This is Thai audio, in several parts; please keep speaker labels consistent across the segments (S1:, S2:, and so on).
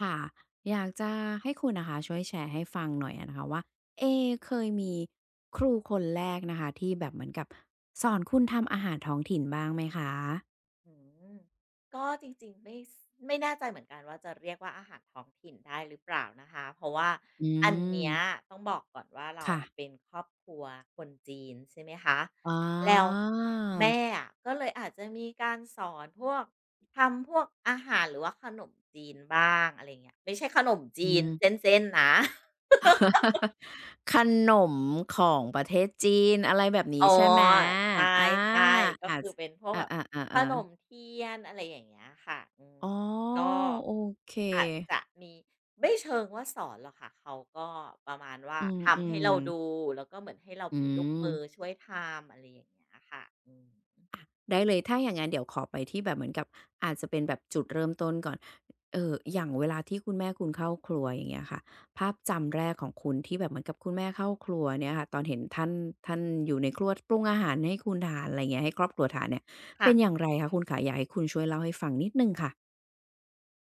S1: ค่ะอยากจะให้คุณนะคะช่วยแชร์ให้ฟังหน่อยอะนะคะว่าเอเคยมีครูคนแรกนะคะที่แบบเหมือนกับสอนคุณทำอาหารท้องถิ่นบ้างไหมคะ
S2: อืมก็จริงๆไม่แน่ใจเหมือนกันว่าจะเรียกว่าอาหารท้องถิ่นได้หรือเปล่านะคะเพราะว่า
S1: อื
S2: อันเนี้ย
S1: ม
S2: ต้องบอกก่อนว่าเรา
S1: ค่ะ
S2: อะเป็นครอบครัวคนจีนใช่ไหมคะ
S1: อ๋อ
S2: แล้วแม่อะก็เลยอาจจะมีการสอนพวกทำพวกอาหารหรือว่าขนมจีนบ้างอะไร่เงี้ยไม่ใช่ขนม
S1: อื
S2: จี
S1: ม
S2: นเส้นๆนะ
S1: ขนมของประเทศจีนอะไรแบบ
S2: อ๋
S1: นี้
S2: อ
S1: ใช่ไหม
S2: ใช่
S1: อา
S2: ใช่ก็
S1: อา
S2: คื
S1: จ
S2: อเป็นพวกแบบ
S1: อา
S2: ขน
S1: ๆๆ
S2: ม
S1: ๆ
S2: เทียนอะไรอย่างเงี้ยค่ะอืม
S1: อ๋อ
S2: ก็
S1: โอเค
S2: อาจจะมีไม่เชิงว่าสอนหรอกค่ะเขาก็ประมาณว่า
S1: อื
S2: ทำให้
S1: ม
S2: เราดู
S1: ๆ
S2: แล้วก็เหมือนให้เรา
S1: อื
S2: เป็นลูก
S1: ม
S2: มือช่วยทำอะไรอย่างเงี้ยค่ะอืม
S1: ได้เลยถ้าอย่างงั้นเดี๋ยวขอไปที่แบบเหมือนกับอาจจะเป็นแบบจุดเริ่มต้นก่อนอย่างเวลาที่คุณแม่คุณเข้าครัวอย่างเงี้ยค่ะภาพจำแรกของคุณที่แบบเหมือนกับคุณแม่เข้าครัวเนี่ยค่ะตอนเห็นท่านอยู่ในครัวปรุงอาหารให้คุณทานอะไรเงี้ยให้ครอบครัวทานเนี่ย
S2: ค่ะ
S1: เป็นอย่างไรคะคุณขาอยากให้คุณช่วยเล่าให้ฟังนิดหนึ่งค่ะ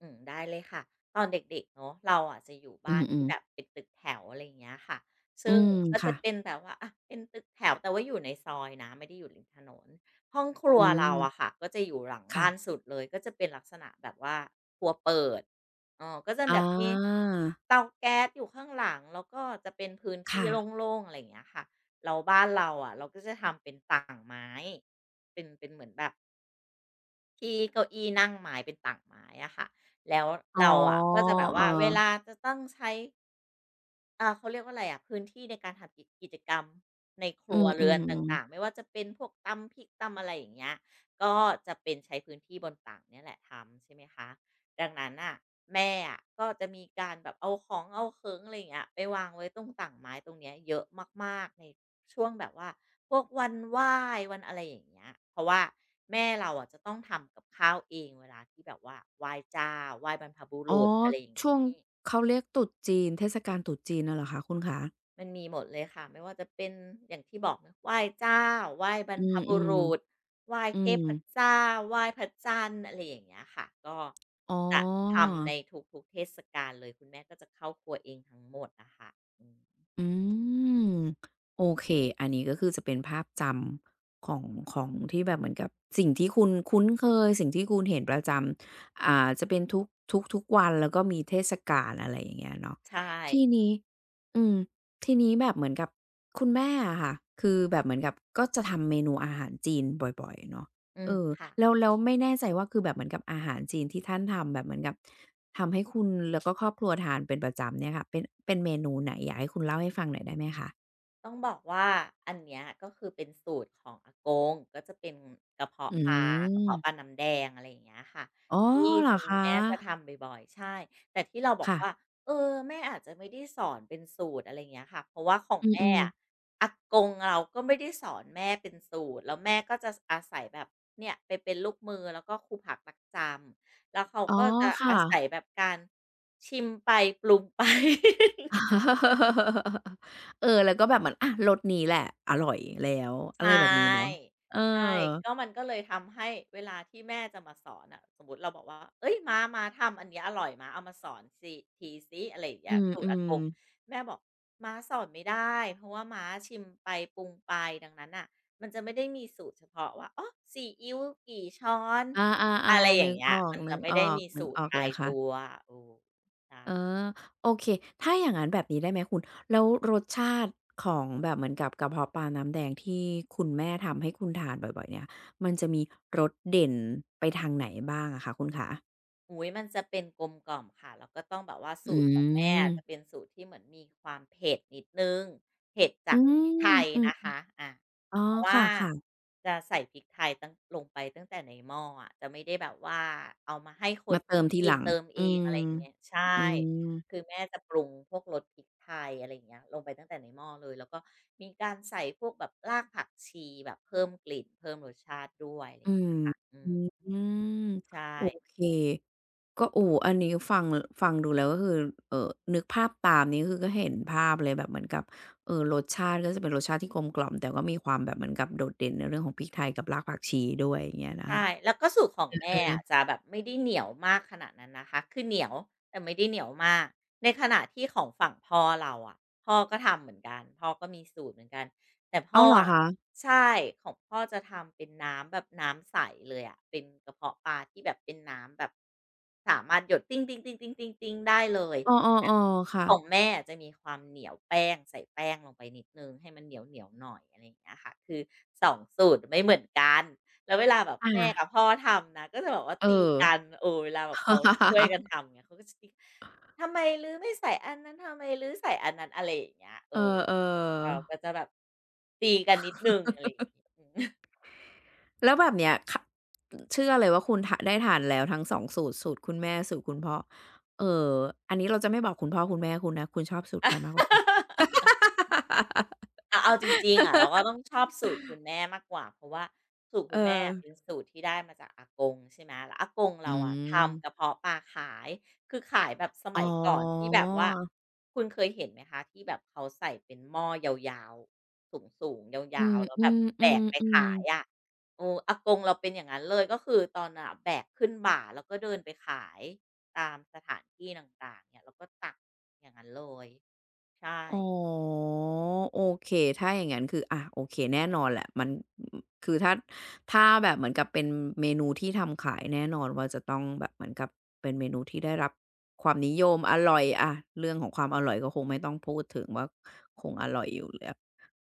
S2: อืมได้เลยค่ะตอนเด็กๆเนาะเราอ่ะจะอยู่
S1: อือ
S2: บ้าน
S1: ฮึ
S2: ที่แบ
S1: ๆ
S2: บเป็นตึกแถวอะไรอย่างเงี้ยค่ะซึ่
S1: อื
S2: ง
S1: ม
S2: ก็จะ
S1: ค่ะ
S2: เป็นแบบว่าอะเป็นตึกแถวแต่ว่าอยู่ในซอยนะไม่ได้อยู่ริมถนนห้องครั
S1: อื
S2: วเราอะ
S1: ม
S2: ค่ะก็จะอยู่หลังบ้านสุ
S1: ค่ะ
S2: ดเลยก็จะเป็นลักษณะแบบว่าครัวเปิดอ๋อก็จะ
S1: อ
S2: แบบมี
S1: า
S2: เตาแก๊สอยู่ข้างหลังแล้วก็จะเป็นพื้นที่
S1: ค่ะ
S2: โล่งๆอะไรอย่างเงี้ยค่ะเราบ้านเราอะเราก็จะทำเป็นต่างไม้เป็นเหมือนแบบ ที่เก้าอี้นั่งไม้เป็นต่างไม้อะค่ะ แล้ว
S1: อ๋อ
S2: เราอะก็จะแบบ
S1: เออ
S2: ว่าเวลาจะต้องใช้ เขาเรียกว่าอะไรอะพื้นที่ในการทำกิจกรรมในค
S1: อื
S2: รัวเรือนต
S1: ม
S2: ่าง
S1: ๆ
S2: ๆ
S1: ๆ
S2: ไม่ว่าจะเป็นพวกตำพริกตำอะไรอย่างเงี้ยก็จะเป็นใช้พื้นที่บนต่างเนี่ยแหละทำใช่ไหมคะดังนั้นน่ะแม่อะก็จะมีการแบบเอาของเอาเขิงอะไรอย่างเงี้ยไปวางไว้ตรงต่างไม้ตรงเนี้ยเยอะมากๆในช่วงแบบว่าพวกวันไหว้วันอะไรอย่างเงี้ยเพราะว่าแม่เราอะจะต้องทำกับข้าวเองเวลาที่แบบว่าไหว้เจ้าไหว้บรรพบุ
S1: อ๋อ
S2: รุษอะไรอย่าง
S1: ช่วงเขาเรียกตรุษจีนเทศกาลตรุษจีนน่ะเหรอคะคุณขา
S2: มันมีหมดเลยค่ะไม่ว่าจะเป็นอย่างที่บอกนะไหว้เจ้าไหว้บรร
S1: อื
S2: พบุ
S1: ม
S2: รุษไหว้
S1: ๆอื
S2: เท
S1: ม
S2: พเจ้าไหว้พระจันทร์อะไรอย่างเงี้ยค่ะก็
S1: อ๋อ
S2: จะทำในทุกๆเทศกาลเลยคุณแม่ก็จะเข้าครัวเองทั้งหมดนะคะอืม
S1: อืมโอเคอันนี้ก็คือจะเป็นภาพจำของของที่แบบเหมือนกับสิ่งที่คุณคุ้นเคยสิ่งที่คุณเห็นประจำอ่าจะเป็นทุกๆวันแล้วก็มีเทศกาลอะไรอย่างเงี้ยเนาะ
S2: ใช่
S1: ทีนี้อืมทีนี้แบบเหมือนกับคุณแม่อะค่ะคือแบบเหมือนกับก็จะทำเมนูอาหารจีนบ่อยๆเนาะ
S2: อื
S1: เอ
S2: ม
S1: อ
S2: ค่ะ
S1: แล้วไม่แน่ใจว่าคือแบบเหมือนกับอาหารจีนที่ท่านทำแบบเหมือนกับทำให้คุณแล้วก็ครอบครัวทานเป็นประจำเนี่ยค่ะเป็นเมนูไหนอยากให้คุณเล่าให้ฟังหน่อยได้ไหมคะ
S2: ต้องบอกว่าอันเนี้ยก็คือเป็นสูตรของอากงก็จะเป็นกระเพาะ
S1: อื
S2: ปลากระเพาะปลา
S1: ม
S2: น้ำแดงอะไรอย่างเงี้ยค่ะ
S1: อ๋อ
S2: ที่
S1: เหรอ
S2: คุณ
S1: คะ
S2: แม่จะทำบ่อยๆใช่แต่ที่เราบอก
S1: ค่ะ
S2: ว่าเออแม่อาจจะไม่ได้สอนเป็นสูตรอะไรอย่างเงี้ยค่ะเพราะว่าของ
S1: อื
S2: แม่
S1: ม
S2: อะ
S1: ๆ
S2: อากงเราก็ไม่ได้สอนแม่เป็นสูตรแล้วแม่ก็จะสอาศัยแบบเนี่ยไปเป็นลูกมือแล้วก็ครูผักรักจำแล้วเขา
S1: อ๋อ
S2: ก็จะ
S1: ค่ะ
S2: อาศัยแบบการชิมไปปรุงไป
S1: เออแล้วก็แบบเหมือนอะรสนี้แหละอร่อยแล้ว
S2: ใช
S1: อะไรแบบนี้เนาะ
S2: ่
S1: เออ
S2: ใช่ก็มันก็เลยทำให้เวลาที่แม่จะมาสอนอะสมมุติเราบอกว่าเฮ้ยม้าม้าทำอันเนี้ยอร่อยม้าเอามาสอนสิทีสิอะไรอย่างเงี้
S1: อื
S2: ยสูตรอา
S1: ม
S2: กง
S1: ๆ
S2: แม่บอกม้าสอนไม่ได้เพราะว่าม้าชิมไปปรุงไปดังนั้นน่ะมันจะไม่ได้มีสูตรเฉพาะว่าอ๋อซีอิ๊วกี่ช้อน
S1: อา
S2: อะไร
S1: ๆ
S2: อ
S1: ๆนึ
S2: ย่าง
S1: ก
S2: เงี้
S1: อ
S2: ย
S1: อก
S2: มัน
S1: ๆนึ
S2: จะ
S1: ก
S2: ไม่
S1: ออ
S2: ได้มีสูตร
S1: กเล
S2: ตา
S1: ย
S2: ยตัว
S1: ค่ะ
S2: เออใช่
S1: ออโอเคถ้าอย่างงั้นแบบนี้ได้ไหมคุณแล้วรสชาติของแบบเหมือนกับกะเพาะปลาน้ำแดงที่คุณแม่ทำให้คุณทานบ่อยๆเนี่ยมันจะมีรสเด่นไปทางไหนบ้างอะคะคุณขา
S2: อุ๊ยมันจะเป็นกลมกล่อมค่ะแล้วก็ต้องแบบว่าสู
S1: อื
S2: ตรของแม่
S1: ม
S2: จะเป็นสูตรที่เหมือนมีความเผ็ดนิดหนึ่งเผ็ด
S1: อื
S2: จากพริกไท
S1: ม
S2: ย
S1: อื
S2: นะ
S1: อ
S2: คะอา
S1: อ๋อ
S2: เพราะ
S1: ค
S2: ว่า
S1: ่ะ
S2: จะใส่พริกไทยตั้งลงไปตั้งแต่ในหม้ออะจะไม่ได้แบบว่าเอามาให้ค
S1: ๆ
S2: น
S1: มาเติ
S2: ที่
S1: มที
S2: กิ
S1: ห
S2: น
S1: ลัง
S2: เติมเอ
S1: อื
S2: ง
S1: ม
S2: อะไรอย่างเงี้ยใช่
S1: อืม
S2: คือแม่จะปรุงพวกรสพริกไทยอะไรอย่างเงี้ยลงไปตั้งแต่ในหม้อเลยแล้วก็มีการใส่พวกแบบรากผักชีแบบเพิ่มกลิ่นเพิ่มรสชาติด้วยอะไรอ
S1: อื
S2: ย่าง
S1: ม
S2: เงี้ยอื
S1: อื
S2: ม
S1: ม
S2: ใช่
S1: โอเค ก็โอ้อันนี้ฟังดูแล้วก็คือเอ่อนึกภาพตามนี้คือก็เห็นภาพเลยแบบเหมือนกับรสชาติก็จะเป็นรสชาติที่กลมกล่อมแต่ก็มีความแบบเหมือนกับโดดเด่นในเรื่องของพริกไทยกับรากผักชีด้วยอย่างเงี้ยนะ
S2: ใช่
S1: คะ
S2: แล้วก็สูตรของ
S1: เอ
S2: แม่
S1: อ
S2: อะจะแบบไม่ได้เหนียวมากขนาดนั้นนะคะคือเหนียวแต่ไม่ได้เหนียวมากในขณะที่ของฝั่งพ่อเราอะพ่อก็ทำเหมือนกันพ่อก็มีสูตรเหมือนกันแต่พ่
S1: อ้า
S2: อ
S1: วเหรอ
S2: อะ
S1: คะ
S2: ใช่ของพ่อจะทำเป็นน้ำแบบน้ำใสเลยอะเป็นกระเพาะปลาที่แบบเป็นน้ำแบบสามารถหยดติ๊งๆๆๆๆๆได้เลย
S1: เอ
S2: แต่
S1: อๆๆค่ะ
S2: ของแม่อะจะมีความเหนียวแป้งใส่แป้งลงไปนิดหนึ่งให้มันเหนียวๆหน่อยอะไรอย่างเงี้ยค่ะคือสองสูตรไม่เหมือนกัน แล้วเวลาแบบ
S1: อา
S2: แม่กับพ่อทำนะก็จะแบบว่าตี
S1: เออ
S2: กันเออเวลาแบบเขาช่วยกั นทำเงี้ยเขาก็จะตีทำไมรื้อไม่ใส่อันนั้นทำไมรื้อใส่อันนั้นอะไรอย่างเงี้ยเออ
S1: เออ
S2: เราก็
S1: ๆ
S2: จะแบบตีกันนิดหนึ่งอะไรอย่างงี้อืม
S1: แล้วแบบเนี้ยคเชื่อเลยว่าคุณทะได้ทานแล้วทั้งสองสูตรสูตรคุณแม่สูตรคุณพ่อเอ่ออันนี้เราจะไม่บอกคุณพ่อคุณแม่คุณนะคุณชอบสูตรใครมากกว่ากัน
S2: เอาจริงๆอะเราก็ต้องชอบสูตรคุณแม่มากกว่าเพราะว่าสูตรคุ
S1: เอ
S2: ณแม่
S1: อ
S2: อะเป็นสูตรที่ได้มาจากอากงใช่ไหมแล้วอากง
S1: อื
S2: เราอะทำกระ
S1: ม
S2: เพาะปลาขายคือขายแบบส
S1: อ๋อ
S2: มัยก่อนที่แบบว่าคุณเคยเห็นไหมคะที่แบบเขาใส่เป็นหม้อยาวๆสูงๆย
S1: อื
S2: าวๆแล้วแบบ
S1: ม
S2: แบกไปขา
S1: ๆ
S2: ย
S1: ๆ
S2: อะ
S1: ๆ
S2: เอออากงเราเป็นอย่างนั้นเลยก็คือตอนน่ะแบกขึ้นบ่าแล้วก็เดินไปขายตามสถานที่ต่างๆเนี่ยแล้วก็ตักอย่างนั้นเลยใช่
S1: อ๋อโอเคถ้าอย่างงั้นคืออะโอเคแน่นอนแหละมันคือถ้าแบบเหมือนกับเป็นเมนูที่ทำขายแน่นอนว่าจะต้องแบบเหมือนกับเป็นเมนูที่ได้รับความนิยมอร่อยอะเรื่องของความอร่อยก็คงไม่ต้องพูดถึงว่าคงอร่อยอยู่แล้ว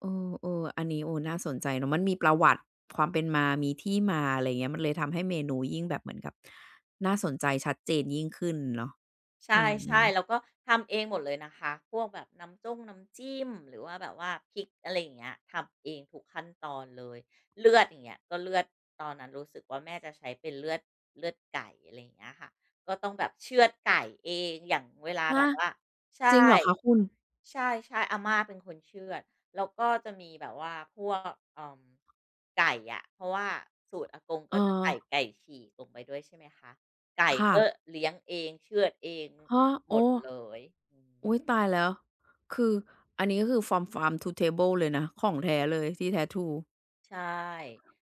S1: เออๆอันนี้โอ้น่าสนใจเนาะมันมีประวัติความเป็นมามีที่มาอะไรเงี้ยมันเลยทำให้เมนูยิ่งแบบเหมือนกับน่าสนใจชัดเจนยิ่งขึ้นเนาะ
S2: ใช่
S1: อื
S2: ใช่
S1: ม
S2: แล้วก็ทำเองหมดเลยนะคะพวกแบบน้ำจ้งน้ำจิ้มหรือว่าแบบว่าพริกอะไรอย่างเงี้ยทำเองทุกขั้นตอนเลยเลือดอย่างเงี้ยก็เลือดตอนนั้นรู้สึกว่าแม่จะใช้เป็นเลือดเลือดไก่อะไรอย่างเงี้ยค่ะก็ต้องแบบเชือดไก่เองอย่างเวลาแบ
S1: ฮะ
S2: บว่าใช่
S1: จริงเหรอคะคุณ
S2: ใช่ๆอาม่าเป็นคนเชือดแล้วก็จะมีแบบว่าพวกไก่อะเพราะว่าสูตรอากงก็
S1: เอ
S2: จะ
S1: อ
S2: ใส่ไก่ฉีกลงไปด้วยใช่ไหมคะไก่
S1: ค่ะ
S2: ก็เลี้ยงเองเชือดเอง
S1: ฮะ
S2: หม
S1: โอ้
S2: ดเลยอืม
S1: อุ๊ยตายแล้วคืออันนี้ก็คือ from farm to table เลยนะของแท้เลยที่แท้ทรู
S2: ใช่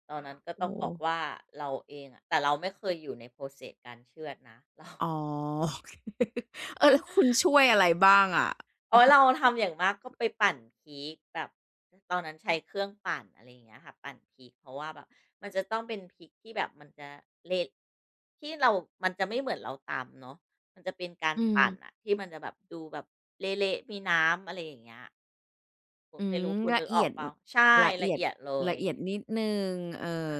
S2: ตอนนั้นก็
S1: โอ้
S2: ต้อ
S1: โฮ
S2: งบอกว่าเราเองอะแต่เราไม่เคยอยู่ใน process การเชือดนะเรา
S1: อ๋อ โอเคเออแล้วคุณช่วยอะไรบ้างอะ
S2: อ๋อเราทำอย่างมากก็ไปปั่นพริกแบบตอนนั้นใช้เครื่องปั่นอะไรอย่างเงี้ยค่ะปั่นพริกเพราะว่าแบบมันจะต้องเป็นพริกที่แบบมันจะเละที่เรามันจะไม่เหมือนเราตำเนาะมันจะเป็นการ
S1: อื
S2: ปั่นอะ
S1: ม
S2: ที่มันจะแบบดูแบบเละๆมีน้ำอะไรอย่างเงี้ยโอ้
S1: อื
S2: ไม่
S1: ม
S2: รู้คุณ
S1: ละ
S2: นึกอ
S1: เอี
S2: อ
S1: ย
S2: ก
S1: ด
S2: เปล่าใช่
S1: ละ
S2: ละ
S1: เอียด
S2: เอียดเลย
S1: ละเอียดนิดหนึ่งเอ่อ
S2: ใช่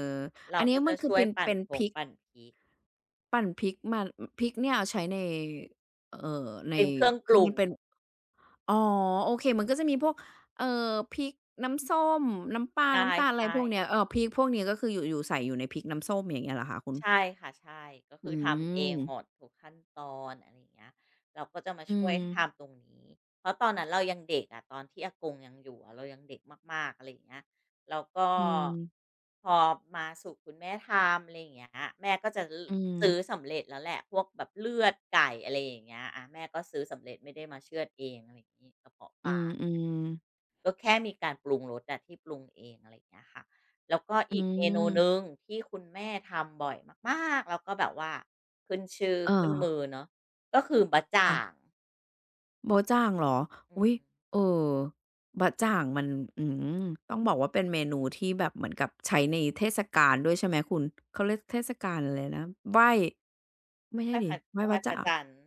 S2: เรา
S1: อันนี้
S2: ก็
S1: มั
S2: จะ
S1: นคือ
S2: ช่วย
S1: เป็นเป็นพริก
S2: ปั่นพริก
S1: ปั่นพริกมาพริกเนี่ยเอาใช้ในใน
S2: เป็นเครื่องป
S1: คือ
S2: รุ
S1: มั
S2: ง
S1: นเป็น อ๋อโอเคมันก็จะมีพวกเอ่อพริกน้ำส้มน้ำปลา
S2: ใช
S1: น้ำตาลอะไร
S2: ่
S1: พวกเนี้ย
S2: ๆ
S1: พริกพวกนี้ก็คืออยู่ใส่อยู่ในพริกน้ำส้มอย่างเงี้ยเหรอคะคุณ
S2: ใช่ค่ะใช่ก็คื
S1: อื
S2: อทำเอ
S1: ม
S2: งหมดทุกขั้นตอนอะไรอย่างเงี้ยเราก็จะมา
S1: อื
S2: ช่วย
S1: ม
S2: ทำตรงนี้เพราะตอนนั้นเรายังเด็กอะตอนที่อากงยังอยู่อะเรายังเด็กมากๆอะไรอย่างเงี้ยแล้วก็
S1: อืม
S2: พอมาสู่คุณแม่ทำอะไรอย่างเงี้ยแม่ก็จะ
S1: อืม
S2: ซื้อสำเร็จแล้วแหละพวกแบบเลือดไก่อะไรอย่างเงี้ยอาแม่ก็ซื้อสำเร็จไม่ได้มาเฉือดเองอะไรอย่างงี้กระเพาะป
S1: อื
S2: ลา
S1: มอืม
S2: ก็แค่มีการปรุงรสอะที่ปรุงเองอะไรอย่างเงี้ยค่ะแล้วก็
S1: อื
S2: อีกเมนูหนึ่ง
S1: ม
S2: ที่คุณแม่ทำบ่อยมากๆแล้วก็แบบว่าขึ้นชื่อ
S1: เอ
S2: ขึ้น
S1: อ
S2: มือเนาะก็คือบาะจ่า
S1: ค่ะ
S2: ง
S1: บ๊ะจ่างเหรอ
S2: อื
S1: อุ๊ย
S2: ม
S1: เออบ๊ะจ่างมันอื้อฮือต้องบอกว่าเป็นเมนูที่แบบเหมือนกับใช้ในเทศกาลด้วยใช่ไหมคุณเขาเรียกเทศกาลอะไรนะไหว้ไม่
S2: ไห
S1: ใช่
S2: ว้พ
S1: สิ
S2: ระ
S1: ไหว้
S2: ไหว้
S1: บ๊ะ
S2: พระ
S1: จ่าง
S2: จันทร์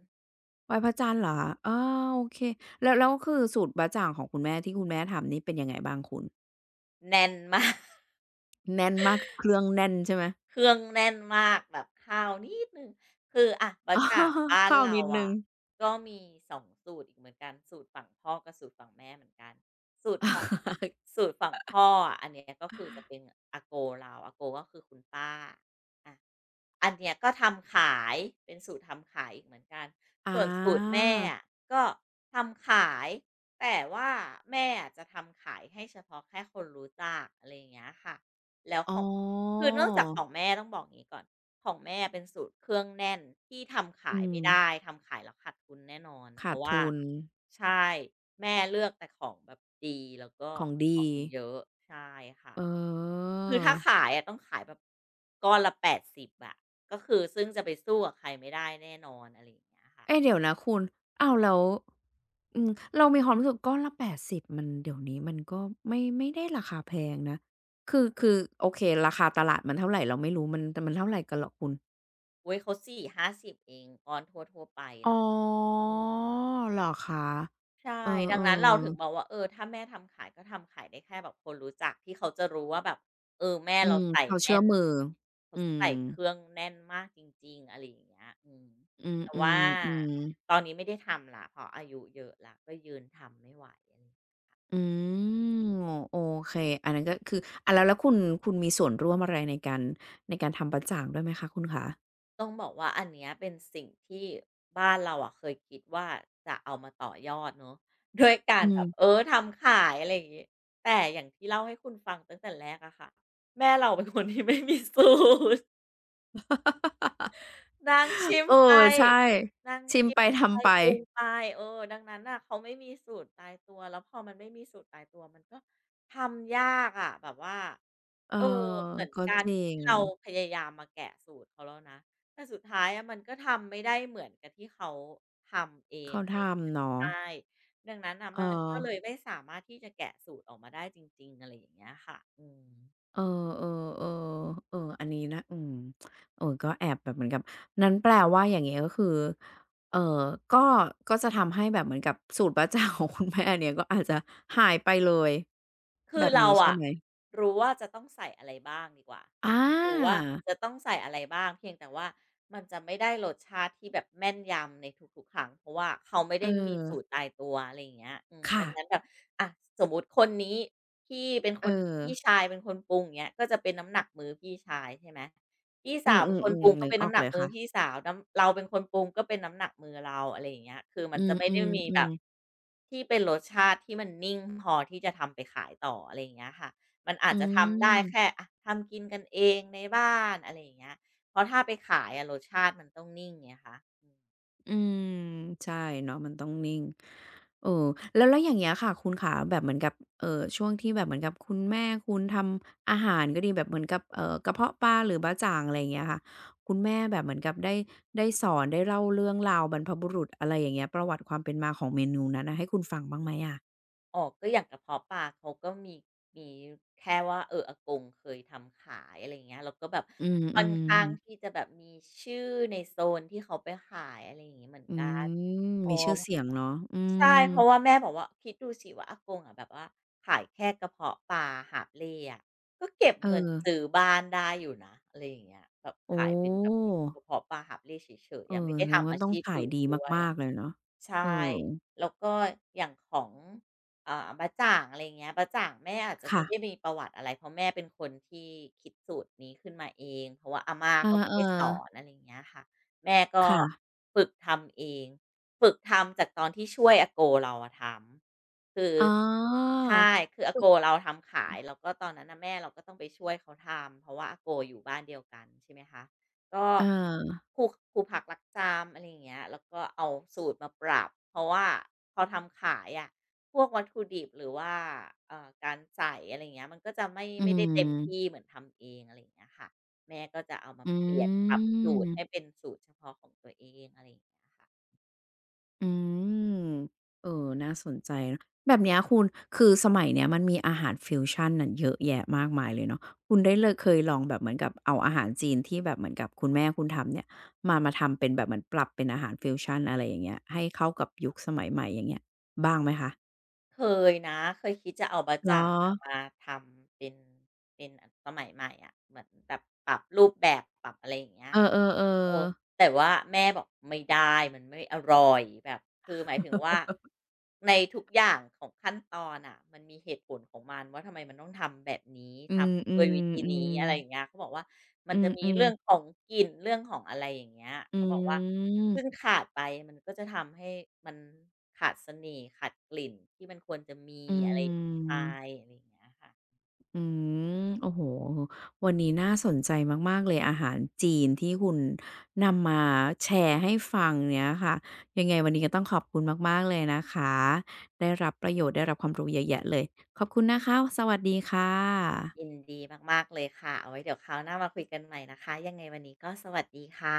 S1: ไหว้พระจันทร์เหรอคะออโอเค แล้วคือสูตรบ๊ะจ่างของคุณแม่ที่คุณแม่ทำนี่เป็นยังไงบ้างคุณ
S2: แน่นมาก
S1: แน่นมากเครื่องแน่นใช่ไหม
S2: เครื่องแน่นมากแบบข้าวนิดหนึ่งคืออะบ๊ะ
S1: อ๋อ
S2: จ่างบ้าน
S1: ข้าว
S2: เรา
S1: นิดหนึ่ง
S2: อะก็มีสองสูตรอีกเหมือนกันสูตรฝั่งพ่อกับสูตรฝั่งแม่เหมือนกันสูตรฝั่ง สูตรฝั่งพ่ออะอันเนี้ยก็คือจะเป็นอาโกเราอาโกก็คือคุณป้าอา อันเนี้ยก็ทำขายเป็นสูตรทำขายอีกเหมือนกัน
S1: อา
S2: ส่วนสูตรแม่อะก็ทำขายแต่ว่าแม่อะจะทำขายให้เฉพาะแค่คนรู้จักอะไรอย่างเงี้ยค่ะแล้ว
S1: อ๋
S2: ข
S1: อ
S2: องคือเนื่องจากของแม่ต้องบอกงี้ก่อนของแม่เป็นสูตรเครื่องแน่นที่ทำ
S1: อื
S2: ขายไม่
S1: ม
S2: ได้ทำขายแล้วขาดทุนแน่นอนเพ
S1: ขาด
S2: ราะว่า
S1: ทุน
S2: ใช่แม่เลือกแต่ของแบบดีแล้วก็
S1: ของ
S2: ข
S1: ดี
S2: องเยอะใช่ค่ะ
S1: เออ
S2: คือถ้าขายอะต้องขายแบบก้อนละ80อะก็คือซึ่งจะไปสู้กับใครไม่ได้แน่นอนอะไรอย่างเงี้ยค่ะ
S1: เอ๊ะเดี๋ยวนะคุณอ้าวแล้วอืมเรามีความรู้สึกก้อนละ80มันเดี๋ยวนี้มันก็ไม่ได้ราคาแพงนะ คือโอเคราคาตลาดมันเท่าไรเราไม่รู้มันแต่มันเท่าไรกันเหรอคุณ
S2: โอุยเขา40-50เองก้อนทั่วๆไป
S1: อ๋อ
S2: เนาะอืม
S1: เหรอคะ
S2: ใช่
S1: เอ
S2: ดัง
S1: อ
S2: นั้นเราถึงบ
S1: ๆ
S2: อกว่าเออถ้าแม่ทำขายก็ทำขายได้แค่แบบคนรู้จักที่เขาจะรู้ว่าแบบเออแม่
S1: อื
S2: เรา
S1: ม
S2: ใส่
S1: เขา
S2: แน่
S1: เชื่อ
S2: น
S1: มือ
S2: เขา
S1: อืม
S2: ใส่เครื่องแน่นมากจริงๆอะไรอย่างเงี้ยอืม
S1: อื
S2: แต่ว่า
S1: มๆ
S2: ตอ
S1: ๆ
S2: นนี้ไม่ได้ทำละเพราะอายุเยอะละก็ยืนทำไม่ไหว
S1: อืมโอเคอันนั้นก็คือแล้วแล้วคุณมีส่วนร่วมอะไรในการทำบ๊ะจ่างด้วยไหมคะคุณขา
S2: ต้องบอกว่าอันเนี้ยเป็นสิ่งที่บ้านเราอะเคยคิดว่าจะเอามาต่อยอดเนาะ ด้วยกา
S1: อื
S2: รแบ
S1: ม
S2: บเออทำขายอะไรอย่างงี้แต่อย่างที่เล่าให้คุณฟังตั้งแต่แรกอะค่ะแม่เราเป็นคนที่ไม่มี สู้ นางชิม
S1: เออ
S2: ไป
S1: ใช่
S2: นาง
S1: ชิม
S2: ชิม
S1: ไป
S2: ไป
S1: ทำไป
S2: ปรุงไปเออดังนั้นน่ะเขาไม่มีสูตรตายตัวแล้วพอมันไม่มีสูตรตายตัวมันก็ทำยากอะแบบว่า
S1: เออ
S2: เออเหมือน
S1: ก็
S2: การ
S1: จริ
S2: ที่
S1: ง
S2: เราพยายามมาแกะสูตรเขาแล้วนะแต่สุดท้ายอะมันก็ทำไม่ได้เหมือนกับที่เขาทำเอง
S1: เขา
S2: อะไรอย่างเงี้ย
S1: ทำเนาะ
S2: ใช่ดังนั้นน่ะ
S1: เอ
S2: มัน
S1: อ
S2: ก็เลยไม่สามารถที่จะแกะสูตรออกมาได้จริงๆอะไรอย่างเงี้ยค่ะอืม
S1: เออเออเออเอออันนี้นะอืมเออก็แอบแบบเหมือนกับนั้นแปลว่าอย่างเงี้ยก็คือเออก็ก็จะทำให้แบบเหมือนกับสูตรบ๊ะจ่างของคุณแม่อันเนี้ยก็อาจจะหายไปเลย
S2: คื
S1: แบ
S2: อ
S1: บ
S2: เรา
S1: นี้ใช่
S2: อะ
S1: ไหม
S2: รู้ว่าจะต้องใส่อะไรบ้างดีกว่าอะ
S1: อา
S2: รู้ว่าจะต้องใส่อะไรบ้างเพียงแต่ว่ามันจะไม่ได้รสชาติที่แบบแม่นยำในทุกๆครั้งเพราะว่าเขาไม่
S1: เออ
S2: ได้มีสูตรตายตัวอะไรอย่างเงี้ยอืมดั
S1: ค่ะ
S2: งนั้นแบบอะสมมุติคนนี้พี่เป็นค
S1: เออ
S2: นพี่ชายเป็นคนปรุงอย่างเงี้ยก็จะเป็นน้ำหนักมือพี่ชายใช่ไหม พี่
S1: อื
S2: สา
S1: ม
S2: ว
S1: อ
S2: เป็นคนปรุง
S1: ๆๆ
S2: ก็
S1: นึก
S2: เป็น
S1: ออ
S2: น้ำ
S1: ก
S2: หนัก
S1: เลย
S2: มือพี่
S1: ค่ะ
S2: สาวน้ำเราเป็นคนปรุงก็เป็นน้ำหนักมือเราอะไรอย่างเงี้ยคือมัน
S1: อื
S2: จะ
S1: ม
S2: ไม่
S1: อื
S2: ได้
S1: ม
S2: มี
S1: อื
S2: แบ
S1: ม
S2: บที่เป็นรสชาติที่มันนิ่งพอที่จะทำไปขายต่ออะไรอย่างเงี้ยค่ะมันอา
S1: อื
S2: จจะทำได้แค่
S1: ม
S2: อะทำกินกันเองในบ้านอะไรอย่างเงี้ยเพราะถ้าไปขายอะรสชาติมันต้องนิ่งไงคะอืม
S1: อืมใช่เนาะมันต้องนิ่งเออแล้วอย่างเงี้ยค่ะคุณขาแบบเหมือนกับเอ่อช่วงที่แบบเหมือนกับคุณแม่คุณทำอาหารก็ดีแบบเหมือนกับกระเพาะปลาหรือบ๊ะจ่างอะไรอย่างเงี้ยค่ะคุณแม่แบบเหมือนกับได้ได้สอนได้เล่าเรื่องราวบรรพบุรุษอะไรอย่างเงี้ยประวัติความเป็นมาของเมนูนั้นน่ะให้คุณฟังบ้างไหมอะ
S2: อ๋อก็อย่างกระเพาะปลาเขาก็มีมีแค่ว่าอากงเคยทำขายอะไรอย่างเงี้ยแล้วก็แบบ
S1: อื
S2: ค่อนข้า
S1: ม
S2: งที่
S1: ๆ
S2: จะแบบมีชื่อในโซนที่เขาไปขายอะไรอย่างงี้เหมือน
S1: อื
S2: กัน
S1: ม
S2: อ๋อ
S1: มีชื่อเสียงเนาะอื
S2: ใช่
S1: ม
S2: เพราะว่าแม่บอกว่าคิดดูสิว่าอากงอะแบบว่าขายแค่กระเพาะปลาหาบเล่อะก็เก็บ
S1: เอ
S2: เงิน
S1: อ
S2: ซื้อบ้านได้อยู่นะอะไรอย่างเงี้ยแบบ
S1: โอ้
S2: ขายเป็นแบบกระเพาะปลาหาบเล่เฉย
S1: เอ
S2: ๆ
S1: อ
S2: อะไม่ได้
S1: แสดง
S2: ทำ
S1: ว่า
S2: อา
S1: ต้อง
S2: ชีพ
S1: ขาย
S2: อื่น
S1: ดี
S2: ด้วย
S1: มากๆเลยเนาะ
S2: ใช่
S1: เออ
S2: แล้วก็อย่างของอ่าบ๊ะจ่างอะไรอย่างเงี้ยบ๊ะจ่างแม่อาจจะไม่
S1: ค่ะ
S2: ได้มีประวัติอะไรเพราะแม่เป็นคนที่คิดสูตรนี้ขึ้นมาเองเพราะว่าอาม่า
S1: เออ
S2: ก็ไม่ได้สอน
S1: ๆ
S2: อะไรอย่างเงี้ยค่ะแม่ก็
S1: ค่ะ
S2: ฝึกทำเองฝึกทำจากตอนที่ช่วยอาโกเราอะทำคือ
S1: อ๋อ
S2: ใช่คืออา
S1: คุ
S2: โก
S1: ณ
S2: เราทำขายแล้วก็ตอนนั้นน่ะแม่เราก็ต้องไปช่วยเขาทำเพราะว่าอาโกอยู่บ้านเดียวกันใช่ไหมคะ ก็
S1: เออ
S2: ครูครูผักรักจามอะไรอย่างเงี้ยแล้วก็เอาสูตรมาปรับเพราะว่าพอทำขายอะะพวกวัตถุดิบหรือว่าการใส่อะไรอย่างเงี้ยมันก็จะไม่
S1: อื
S2: ไม่ได้เต็มที่
S1: ม
S2: เหมือนทำเองอะไรอย่างเงี้ยค่ะแม่ก็จะเอามา
S1: อื
S2: เปลี่ยนปรับสูตร
S1: ม
S2: ให้เป็นสูตรเฉพาะของตัวเองอะไรอย่างเงี้ยค่ะ
S1: อืมเออน่าสนใจนะแบบเนี้ยคุณคือสมัยเนี้ยมันมีอาหารฟิวชันน่ะเยอะแยะมากมายเลยเนาะคุณได้เลยเคยลองแบบเหมือนกับเอาอาหารจีนที่แบบเหมือนกับคุณแม่คุณทำเนี่ยมาทำเป็นแบบเหมือนปรับเป็นอาหารฟิวชันอะไรอย่างเงี้ยให้เข้ากับยุคสมัยใหม่อย่างเงี้ยบ้างไหมคะ
S2: เคยนะเคยคิดจะเอาบะ
S1: เหรอ
S2: จ่างอะมาทำเป็นเป็นอนสมัยใหม่อะเหมือนแบบปรับรูปแบบปรับอะไรอย่างเงี้ย
S1: เออ
S2: เออ
S1: ๆๆ
S2: แต่ว่าแม่บอกไม่ได้มันไม่อร่อยแบบคือหมายถึงว่าในทุกอย่างของขั้นตอนอ่ะมันมีเหตุผลของมันว่าทำไมมันต้องทำแบบนี้
S1: อื
S2: ทำด้วยวิธีนี้
S1: ม
S2: อะไรอย่า
S1: ๆๆ
S2: งเงี้ยเขาบอกว่ามั
S1: อื
S2: นจะมี
S1: ม
S2: เรื่อง
S1: ๆ
S2: ของกลิ่นเรื่องของอะไรอย่างเงี้ย
S1: อื
S2: เขาบอกว่าซึ่ง
S1: ม
S2: ขาดไปมันก็จะทำให้มันขาดเสน่ห์ขาดกลิ่นที่มันควรจะมี
S1: อื
S2: อะไรอย่างงี้ไป
S1: ม
S2: อะไรอย่างเงี้ยค่ะ
S1: อืมโอ้โฮวันนี้น่าสนใจมากๆเลยอาหารจีนที่คุณนำมาแชร์ให้ฟังเนี่ยค่ะยังไงวันนี้ก็ต้องขอบคุณมากๆเลยนะคะได้รับประโยชน์ได้รับความรู้เยอะแยะเลยขอบคุณนะคะสวัสดีค่
S2: ยิน
S1: ะ
S2: ดีมากๆเลยค่ะเอาไว้เดี๋ยวคราวหน้ามาคุยกันใหม่นะคะยังไงวันนี้ก็สวัสดีค่ะ